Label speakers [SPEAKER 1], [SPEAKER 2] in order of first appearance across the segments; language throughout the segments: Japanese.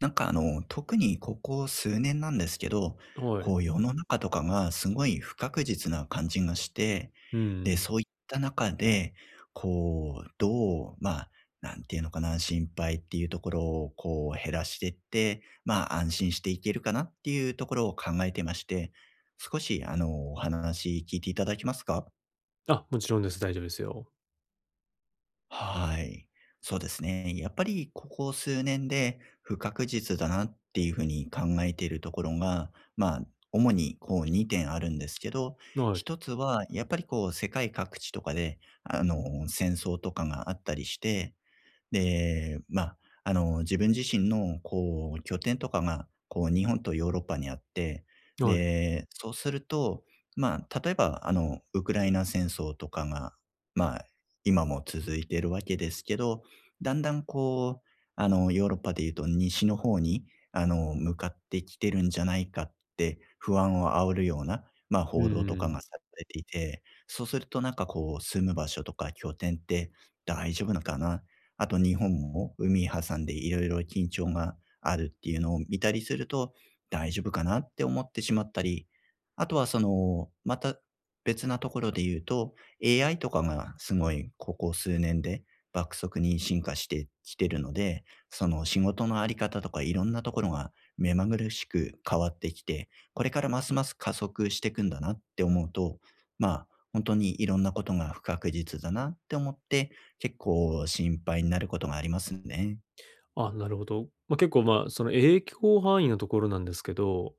[SPEAKER 1] 特にここ数年なんですけど、
[SPEAKER 2] はい。
[SPEAKER 1] こう世の中とかがすごい不確実な感じがして、
[SPEAKER 2] う
[SPEAKER 1] で、
[SPEAKER 2] ん。
[SPEAKER 1] そういった中で、こう、どう、まあ、なんていうのかな、心配っていうところをこう減らしていって、まあ安心していけるかなっていうところを考えてまして、少しお話聞いていただけますか？
[SPEAKER 2] あ、もちろんです。大丈夫ですよ。
[SPEAKER 1] はい。そうですね。やっぱりここ数年で不確実だなっていうふうに考えているところが、まあ、主にこう2点あるんですけど、
[SPEAKER 2] はい。
[SPEAKER 1] 一つはやっぱりこう世界各地とかで、戦争とかがあったりして、で、まあ、自分自身のこう拠点とかが、こう日本とヨーロッパにあって、
[SPEAKER 2] はい。
[SPEAKER 1] で、そうすると、まあ、例えば、ウクライナ戦争とかが、まあ、今も続いているわけですけど、だんだんこう、ヨーロッパでいうと西の方に、向かってきてるんじゃないかって不安を煽るような、まあ、
[SPEAKER 2] う
[SPEAKER 1] 報道とかが
[SPEAKER 2] ん。
[SPEAKER 1] されていて、そうするとなんかこう、住む場所とか拠点って大丈夫なのかな。あと日本も海挟んでいろいろ緊張があるっていうのを見たりすると、大丈夫かなって思ってしまったり、あとはその、また別なところで言うと、AI とかがすごいここ数年で爆速に進化してきてるので、その仕事のあり方とかいろんなところが目まぐるしく変わってきて、これからますます加速していくんだなって思うと、まあ、本当にいろんなことが不確実だなって思って、結構心配になることがありますね。
[SPEAKER 2] あ、なるほど。まあ、結構、まあ、その影響範囲のところなんですけど、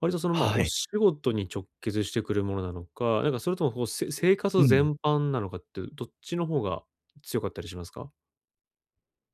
[SPEAKER 2] 割とその、まあ、
[SPEAKER 1] は
[SPEAKER 2] お
[SPEAKER 1] い。
[SPEAKER 2] 仕事に直結してくるものなのか、なんかそれともこう、せ生
[SPEAKER 1] う
[SPEAKER 2] 活
[SPEAKER 1] ん。
[SPEAKER 2] 全般なのかって、どっちの方が強かったりしますか？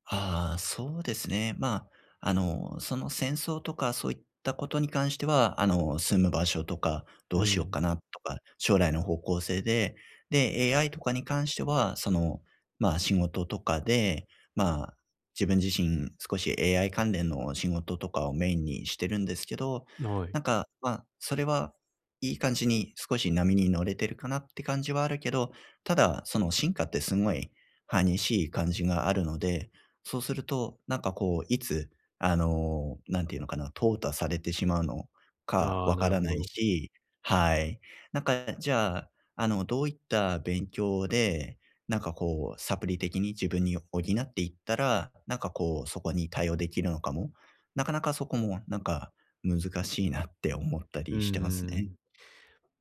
[SPEAKER 1] ああ、そうですね。まあ、その戦争とかそういったことに関しては、住む場所とか、
[SPEAKER 2] う
[SPEAKER 1] どうしようか
[SPEAKER 2] ん。
[SPEAKER 1] なとか、将来の方向性で、で、AI とかに関しては、その、まあ、仕事とかで、まあ、自分自身少し AI 関連の仕事とかをメインにしてるんですけど、
[SPEAKER 2] はい。
[SPEAKER 1] なんか、まあ、それはいい感じに少し波に乗れてるかなって感じはあるけど、ただ、その進化ってすごい激しい感じがあるので、そうすると、なんかこう、いつ、なんていうのかな、淘汰されてしまうのか
[SPEAKER 2] ああ、
[SPEAKER 1] わ
[SPEAKER 2] な
[SPEAKER 1] か
[SPEAKER 2] るほ
[SPEAKER 1] らない
[SPEAKER 2] ど。
[SPEAKER 1] し、はい。なんか、じゃあ、どういった勉強で、なんかこう、サプリ的に自分に補っていったら、なんかこう、そこに対応できるのかも、なかなかそこも、なんか難しいなって思った
[SPEAKER 2] う
[SPEAKER 1] りしてますね。
[SPEAKER 2] ん。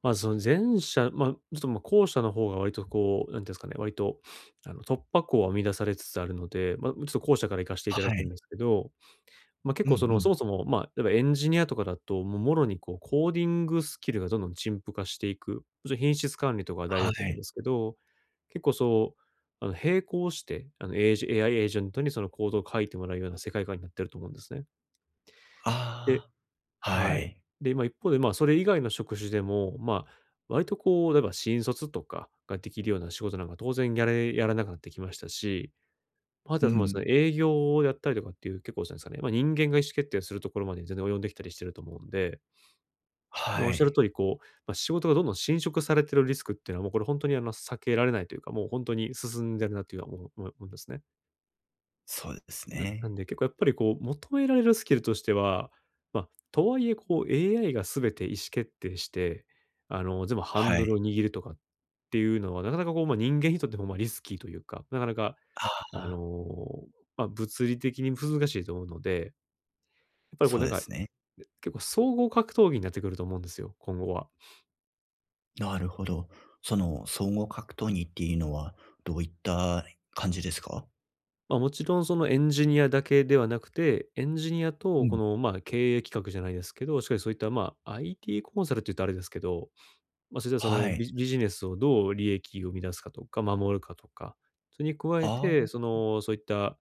[SPEAKER 2] ま、その前者、まあ、ちょっと、ま、後者の方が割とこう、なんていうんですかね、割と、あの、突破口は見出されつつあるので、まあ、ちょっと後者から行かしていただ
[SPEAKER 1] は
[SPEAKER 2] くん
[SPEAKER 1] い。
[SPEAKER 2] ですけど、まあ、結
[SPEAKER 1] うん
[SPEAKER 2] 構そ
[SPEAKER 1] う
[SPEAKER 2] の、そ
[SPEAKER 1] ん。
[SPEAKER 2] もそも、まあ、例えばエンジニアとかだと、もうもろにこう、コーディングスキルがどんどん陳腐化していく、もちろん品質管理とかは大事
[SPEAKER 1] は
[SPEAKER 2] だと思うん
[SPEAKER 1] い。
[SPEAKER 2] ですけど、結構そう、あの、並行して、あの、エージ AI エージェントにそのコードを書いてもらうような世界観になってると思うんですね。で
[SPEAKER 1] ああ、は
[SPEAKER 2] はい。
[SPEAKER 1] い。
[SPEAKER 2] で、まあ、一方で、まあ、それ以外の職種でも、まあ、割とこう、例えば新卒とかができるような仕事なんか当然やれやらなくなってきましたし、まあ、あと
[SPEAKER 1] う
[SPEAKER 2] はその、
[SPEAKER 1] ん。
[SPEAKER 2] 営業をやったりとかっていう結構じゃないですかね、まあ、人間が意思決定するところまで全然及んできたりしてると思うんで、まあ
[SPEAKER 1] は
[SPEAKER 2] おっしゃる
[SPEAKER 1] い。
[SPEAKER 2] 通り、こう、まあ、仕事がどんどん侵食されてるリスクっていうのは、もうこれ本当にあの避けられないというか、もう本当に進んでるなというのは思いますね。
[SPEAKER 1] そうです
[SPEAKER 2] ななん
[SPEAKER 1] ね。
[SPEAKER 2] で、結構やっぱりこう、求められるスキルとしては、まあ、とはいえこう AI が全て意思決定して、あの、全部ハン
[SPEAKER 1] は
[SPEAKER 2] ドルを
[SPEAKER 1] い。
[SPEAKER 2] 握るとかっていうのは、なかなかこう、まあ、人間にとっても、ま、リスキーというか、なかなか、
[SPEAKER 1] あ
[SPEAKER 2] あ
[SPEAKER 1] あ、
[SPEAKER 2] の、まあ、物理的に難しいと思うので、やっぱりこれ
[SPEAKER 1] そう
[SPEAKER 2] なん
[SPEAKER 1] で
[SPEAKER 2] か、
[SPEAKER 1] すね。
[SPEAKER 2] 結構総合格闘技になってくると思うんですよ、今後は。
[SPEAKER 1] なるほど。その、総合格闘技っていうのは、どういった感じですか？
[SPEAKER 2] まあ、もちろんそのエンジニアだけではなくて、エンジニア
[SPEAKER 1] う
[SPEAKER 2] とこ
[SPEAKER 1] ん。
[SPEAKER 2] の、ま、経営企画じゃないですけど、しっかりそういった、ま、IT コンサルって言うとあれですけど、まあ、それはそ
[SPEAKER 1] は
[SPEAKER 2] の
[SPEAKER 1] い。
[SPEAKER 2] ビビジネスをどう利益を生み出すかとか、守るかとか、それに加え
[SPEAKER 1] あ
[SPEAKER 2] て、
[SPEAKER 1] あ。
[SPEAKER 2] その、そういった、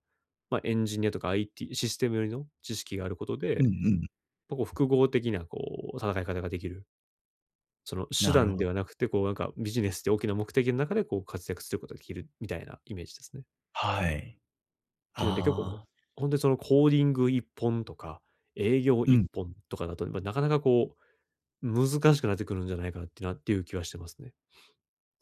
[SPEAKER 2] まあ、エンジニアとか IT、システムよりの知識があること
[SPEAKER 1] うん
[SPEAKER 2] で、
[SPEAKER 1] うん。
[SPEAKER 2] ま、こう複合的なこう戦い方ができる。その手
[SPEAKER 1] なる
[SPEAKER 2] 段
[SPEAKER 1] ほど。
[SPEAKER 2] ではなくて、こうなんかビジネスって大きな目的の中でこう活躍することができるみたいなイメージですね。
[SPEAKER 1] はい。
[SPEAKER 2] っていうので結構、
[SPEAKER 1] ああ。
[SPEAKER 2] 本当にそのコーディング一本とか、営業
[SPEAKER 1] う
[SPEAKER 2] 一
[SPEAKER 1] ん。
[SPEAKER 2] 本とかだと、ま、なかなかこう難しくなってくるんじゃないかなっていう気はしてますね。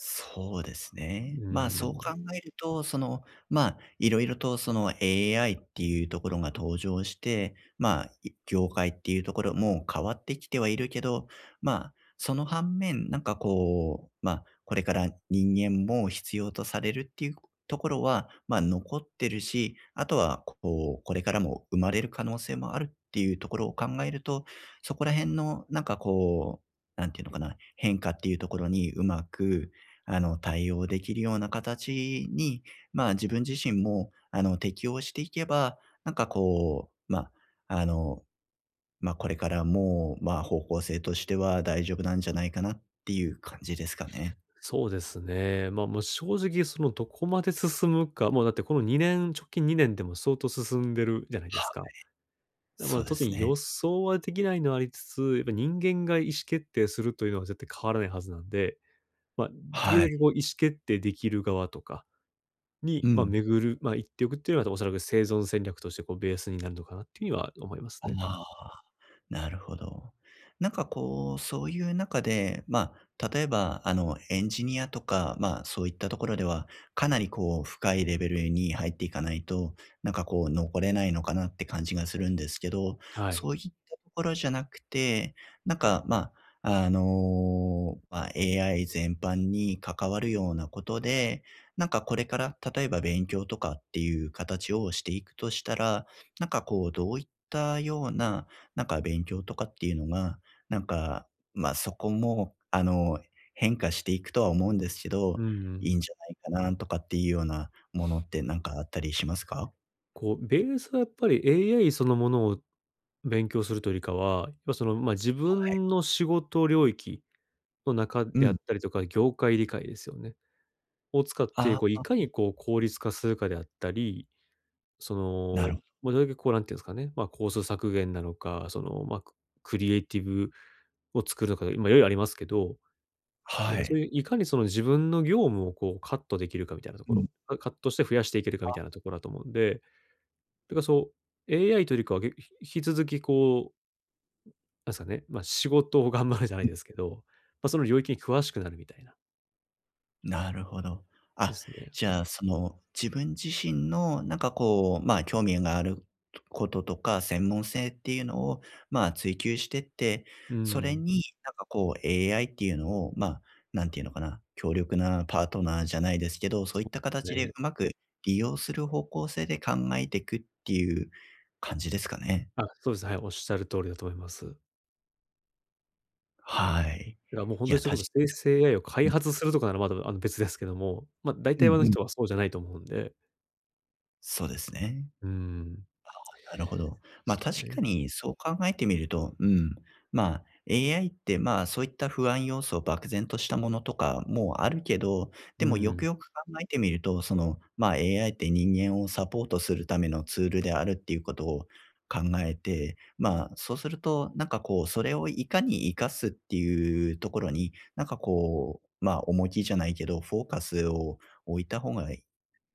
[SPEAKER 1] そうです
[SPEAKER 2] う
[SPEAKER 1] ね。
[SPEAKER 2] ー
[SPEAKER 1] まあ、そう
[SPEAKER 2] ん。
[SPEAKER 1] 考えると、その、まあ、いろいろとその AI っていうところが登場して、まあ、業界っていうところも変わってきてはいるけど、まあ、その反面、なんかこう、まあ、これから人間も必要とされるっていうところは、まあ、残ってるし、あとは、こう、これからも生まれる可能性もあるっていうところを考えると、そこら辺の、なんかこう、なんていうのかな、変化っていうところにうまく対応できるような形に、まあ、自分自身も、適応していけば、なんかこう、まあ、これからもう、まあ、方向性としては大丈夫なんじゃないかなっていう感じですかね。
[SPEAKER 2] そうですね。まあ、もう正直そのどこまで進むか、もうだってこの2年、直近2年でも相当進んでるじゃないですか。
[SPEAKER 1] は
[SPEAKER 2] ま
[SPEAKER 1] そ
[SPEAKER 2] あ、
[SPEAKER 1] う
[SPEAKER 2] 当
[SPEAKER 1] です
[SPEAKER 2] 然
[SPEAKER 1] ね。
[SPEAKER 2] 予想はできないのはありつつ、やっぱ人間が意思決定するというのは絶対変わらないはずなんで、まあ、できる
[SPEAKER 1] は
[SPEAKER 2] だ
[SPEAKER 1] い。
[SPEAKER 2] けこう意思決定できる側とか
[SPEAKER 1] う
[SPEAKER 2] に、まあ、
[SPEAKER 1] ん。
[SPEAKER 2] 巡る、まあ、言っておくっていうのはおそらく生存戦略としてこうベースになるのかなっていうふうには思いますね。
[SPEAKER 1] ああ。なるほど。なんかこう、そういう中で、まあ、例えば、エンジニアとか、まあ、そういったところでは、かなりこう、深いレベルに入っていかないと、なんかこう、残れないのかなって感じがするんですけど、
[SPEAKER 2] はい。
[SPEAKER 1] そういったところじゃなくて、なんか、まあ、AI 全般に関わるようなことで、なんかこれから、例えば勉強とかっていう形をしていくとしたら、なんかこう、どういったようななんか勉強とかっていうのが、なんか、ま、そこも、変化していくとは思うんですけ
[SPEAKER 2] う
[SPEAKER 1] ど、いいん
[SPEAKER 2] ん。
[SPEAKER 1] じゃないかなとかっていうようなものってなんかあったりしますか？
[SPEAKER 2] こう、ベースはやっぱり AI そのものを勉強するというよりかは、やっぱその、まあ、自
[SPEAKER 1] はい。
[SPEAKER 2] 分の仕事領域の中
[SPEAKER 1] う
[SPEAKER 2] であっ
[SPEAKER 1] ん。
[SPEAKER 2] たりとか、業界理解ですよね。を使って、
[SPEAKER 1] あ
[SPEAKER 2] こうい
[SPEAKER 1] あ、
[SPEAKER 2] かにこう効率化するかであったり、そ
[SPEAKER 1] なるほ
[SPEAKER 2] の、
[SPEAKER 1] ど。
[SPEAKER 2] ま、どれだけこうなんていうんですかね、まあ、コスト削減なのか、その、まあ、ククリエイティブを作るのか、今いろいろありますけど、なん
[SPEAKER 1] は
[SPEAKER 2] かそうい
[SPEAKER 1] い。
[SPEAKER 2] ういかにその自分の業務をこうカットできるかみたいなと
[SPEAKER 1] う
[SPEAKER 2] こ
[SPEAKER 1] ん。
[SPEAKER 2] ろ、カカットして増やしていけるかみたいなところだと思うんで、だからそう、AI というよりかは、げ引き続きこうなんですかね、まあ、仕事を頑張るじゃないですけど、まあ、その領域に詳しくなるみたいな、
[SPEAKER 1] なるほど。
[SPEAKER 2] で
[SPEAKER 1] あ、
[SPEAKER 2] すね。
[SPEAKER 1] じゃあ、その、自分自身の、なんかこう、まあ、興味があることとか、専門性っていうのを、まあ、追求してって、
[SPEAKER 2] う
[SPEAKER 1] それ
[SPEAKER 2] ん。
[SPEAKER 1] に、なんかこう、AI っていうのを、まあ、なんていうのかな、強力なパートナーじゃないですけど、そ
[SPEAKER 2] そ
[SPEAKER 1] ういった
[SPEAKER 2] う
[SPEAKER 1] 形
[SPEAKER 2] です
[SPEAKER 1] で
[SPEAKER 2] ね。
[SPEAKER 1] うまく利用する方向性で考えていくっていう感じですかね。
[SPEAKER 2] あ、そうです。はい、おっしゃる通りだと思います。
[SPEAKER 1] はい。
[SPEAKER 2] だからもう本当
[SPEAKER 1] い
[SPEAKER 2] とに
[SPEAKER 1] や、
[SPEAKER 2] そうい
[SPEAKER 1] た
[SPEAKER 2] うこと
[SPEAKER 1] し
[SPEAKER 2] 生成 AI を開
[SPEAKER 1] に
[SPEAKER 2] 発するとかならまだ、あの、別ですけども、まあ、大
[SPEAKER 1] うん
[SPEAKER 2] 体はの
[SPEAKER 1] うん。
[SPEAKER 2] 人はそうじゃないと思うんで、
[SPEAKER 1] そうですね。
[SPEAKER 2] うーん、で
[SPEAKER 1] なるほど。ま
[SPEAKER 2] す
[SPEAKER 1] あ、
[SPEAKER 2] か
[SPEAKER 1] 確か
[SPEAKER 2] ね。
[SPEAKER 1] にそう考えてみると、うん。まあ、AI って、まあ、そういった不安要素、漠然としたものとかもあるけど、で
[SPEAKER 2] う
[SPEAKER 1] もよく
[SPEAKER 2] ん。
[SPEAKER 1] よく考えてみると、その、まあ、AI って人間をサポートするためのツールであるっていうことを考えて、まあ、そうすると、なんかこう、それをいかに活かすっていうところに、なんかこう、まあ、重きじゃないけど、フォーカスを置いた方が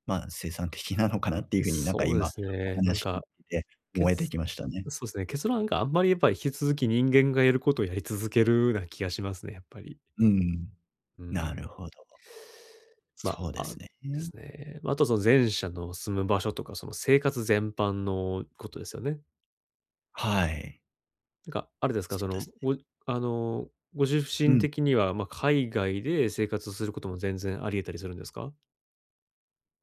[SPEAKER 1] まあ、生産的なのかなっていうふうになんか
[SPEAKER 2] そうで
[SPEAKER 1] 今
[SPEAKER 2] す
[SPEAKER 1] お
[SPEAKER 2] ね。なん
[SPEAKER 1] 話聞い
[SPEAKER 2] か、
[SPEAKER 1] てて思えて
[SPEAKER 2] 結
[SPEAKER 1] きましたね。
[SPEAKER 2] そうですね、結論があんまりやっぱり引き続き人間がやることをやり続けるな気がしますね、やっぱり。
[SPEAKER 1] うん。
[SPEAKER 2] う
[SPEAKER 1] な
[SPEAKER 2] ん。
[SPEAKER 1] るほど。
[SPEAKER 2] ま、
[SPEAKER 1] そうで
[SPEAKER 2] あ、あ
[SPEAKER 1] すね。
[SPEAKER 2] ですね。まあとその前者の住む場所とか、その生活全般のことですよね。
[SPEAKER 1] はい。
[SPEAKER 2] なんか、あれです
[SPEAKER 1] そ
[SPEAKER 2] か、そ
[SPEAKER 1] うで
[SPEAKER 2] の、
[SPEAKER 1] すね。
[SPEAKER 2] ごあの、ご自
[SPEAKER 1] う
[SPEAKER 2] 身
[SPEAKER 1] ん。
[SPEAKER 2] 的には、まあ、海外で生活することも全然あり得たりするんですか？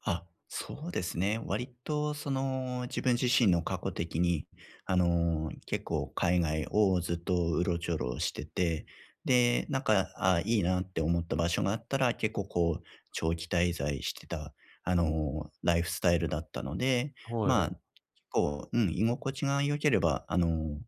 [SPEAKER 1] あ、そうですね。割とその自分自身の過去的に、結構海外をずっとうろちょろしてて、で、なんか、あ、いいなって思った場所があったら、結構こう、長期滞在してた、ライフスタイルだったので、
[SPEAKER 2] は
[SPEAKER 1] まあ、
[SPEAKER 2] い。
[SPEAKER 1] 結構、うん、居心地が良ければ、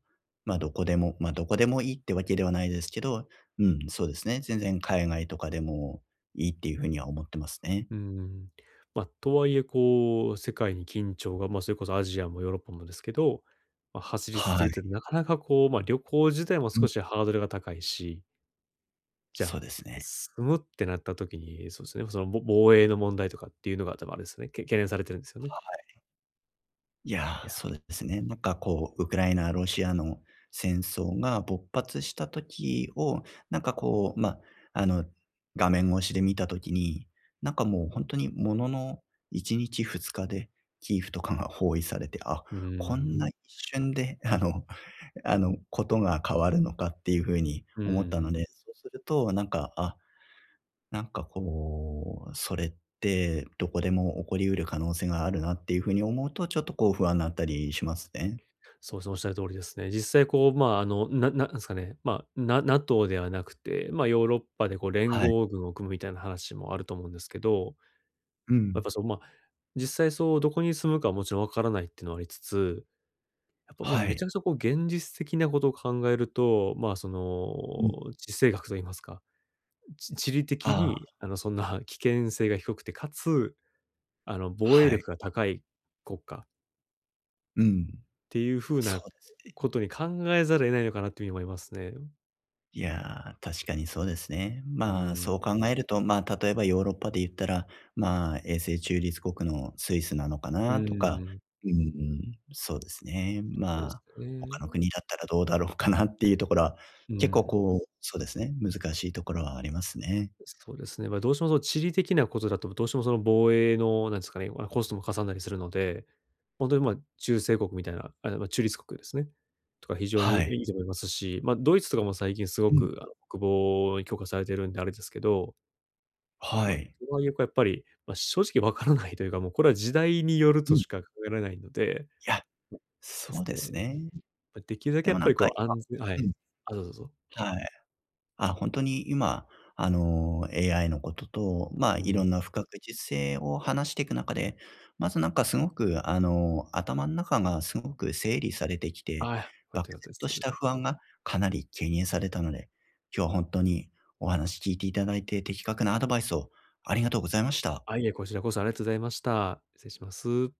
[SPEAKER 1] まあ、どこでもいいってわけではないですけど、うん、そうですね。全然海外とかでもいいっていうふうには思ってますね。
[SPEAKER 2] うん。まあ、とはいえこう、世界に緊張が、まあ、それこそアジアもヨーロッパもですけど、まあ、走り続
[SPEAKER 1] は
[SPEAKER 2] けて
[SPEAKER 1] い。
[SPEAKER 2] なかなかこう、まあ、旅行自体も少しハードルが高いし、じゃ
[SPEAKER 1] そ
[SPEAKER 2] あ、
[SPEAKER 1] うですね。
[SPEAKER 2] 住むってなった時に、そうですね、その、ぼ防衛の問題とかっていうのが多分あれですね、け懸念されてるんですよね。
[SPEAKER 1] いや
[SPEAKER 2] い
[SPEAKER 1] ー、
[SPEAKER 2] や、
[SPEAKER 1] そうですね。なんかこう、ウクライナ、ロシアの戦争が勃発した時を、なんかこう、まあ、あの、画面越しで見た時に、なんかもう本当にものの1日2日でキーフとかが包囲されて、あ、
[SPEAKER 2] う
[SPEAKER 1] こん
[SPEAKER 2] ん、
[SPEAKER 1] な一瞬で、ことが変わるのかっていう風に
[SPEAKER 2] う
[SPEAKER 1] 思ったの
[SPEAKER 2] ん。
[SPEAKER 1] で、そうすると、なんかこう、それってどこでも起こりうる可能性があるなっていうふうに思うと、ちょっとこう不安になったりしますね。
[SPEAKER 2] そうですね、おっしゃる通りですね。実際こう、まあ、あの、ななんですかね、まあ、な NATO ではなくて、まあ、ヨーロッパでこう連
[SPEAKER 1] はい。
[SPEAKER 2] 合軍を組むみたいな話もあると思うんですけど、
[SPEAKER 1] う
[SPEAKER 2] やっ
[SPEAKER 1] ん。
[SPEAKER 2] ぱそうまあ実際そう、どこに住むかはもちろんわからないっていうのはありつつ、やっぱ、ま、
[SPEAKER 1] は
[SPEAKER 2] めち
[SPEAKER 1] い。
[SPEAKER 2] ゃくちゃこう現実的なことを考えると、まあ、そ
[SPEAKER 1] うん。
[SPEAKER 2] の、地政学と言いますか、ち地理的
[SPEAKER 1] ああ、
[SPEAKER 2] に、あの、そんな 危険性が低くて、かつ、あの、防衛
[SPEAKER 1] はい。
[SPEAKER 2] 力が高い国家
[SPEAKER 1] うん。
[SPEAKER 2] っていう風
[SPEAKER 1] そ
[SPEAKER 2] な
[SPEAKER 1] うですね。
[SPEAKER 2] ことに考えざるを得ないのかなっていうふうに思いますね。
[SPEAKER 1] いやー、確かにそうですね。
[SPEAKER 2] うー
[SPEAKER 1] まあ、そう
[SPEAKER 2] ん。
[SPEAKER 1] 考えると、まあ、例えばヨーロッパで言ったら、まあ、永世中立国のスイスなのか
[SPEAKER 2] う
[SPEAKER 1] なとか、
[SPEAKER 2] ん。
[SPEAKER 1] うんうん、そうですね。
[SPEAKER 2] とかで
[SPEAKER 1] ま
[SPEAKER 2] す
[SPEAKER 1] あ、
[SPEAKER 2] か
[SPEAKER 1] 他の
[SPEAKER 2] ね。
[SPEAKER 1] 国だったらどうだろうかなっていうところは、
[SPEAKER 2] う
[SPEAKER 1] 結構
[SPEAKER 2] ん。
[SPEAKER 1] こう、そうですね、難しいところはありますね。
[SPEAKER 2] そうですね。まあ、どうしてもその地理的なことだと、どうしてもその防衛の、なんですかね、あの、コストもかさんだりするので、本当に、ま、中西国みたいな、あ、まあ、中立国ですね、とか非常に
[SPEAKER 1] はい。
[SPEAKER 2] いいと思いますし、まあ、ドイツとかも最近すご
[SPEAKER 1] うん。
[SPEAKER 2] く、あの、国防に強化されてるんであれですけど、
[SPEAKER 1] は
[SPEAKER 2] まあ、と
[SPEAKER 1] い。
[SPEAKER 2] はいえ、やっぱり、まあ、正直わからないというか、もうこれは時代によると
[SPEAKER 1] うん。
[SPEAKER 2] しか考えられないので、
[SPEAKER 1] いや、
[SPEAKER 2] で
[SPEAKER 1] そう
[SPEAKER 2] す
[SPEAKER 1] で
[SPEAKER 2] ね、
[SPEAKER 1] すね。
[SPEAKER 2] ま、できるだけ
[SPEAKER 1] で
[SPEAKER 2] やっ
[SPEAKER 1] もな
[SPEAKER 2] ぱ
[SPEAKER 1] ん
[SPEAKER 2] り
[SPEAKER 1] か
[SPEAKER 2] こう
[SPEAKER 1] 今
[SPEAKER 2] 安全は
[SPEAKER 1] うん、
[SPEAKER 2] い。あ、どうぞどうぞ。
[SPEAKER 1] はい。あ、本当に今、AI のことと、まあ、
[SPEAKER 2] う
[SPEAKER 1] いろ
[SPEAKER 2] ん。
[SPEAKER 1] んな不確実性を話していく中で、まずなんかすごく、頭の中がすごく整理されてき
[SPEAKER 2] あ
[SPEAKER 1] て、
[SPEAKER 2] あ、良かっ
[SPEAKER 1] 漠
[SPEAKER 2] た良かったで
[SPEAKER 1] 然
[SPEAKER 2] す。
[SPEAKER 1] とした不安がかなり軽減されたので、今日は本当にお話聞いていただいて、的確なアドバイスをありがとうございました。
[SPEAKER 2] あ、いえ、こちらこそありがとうございました。失礼します。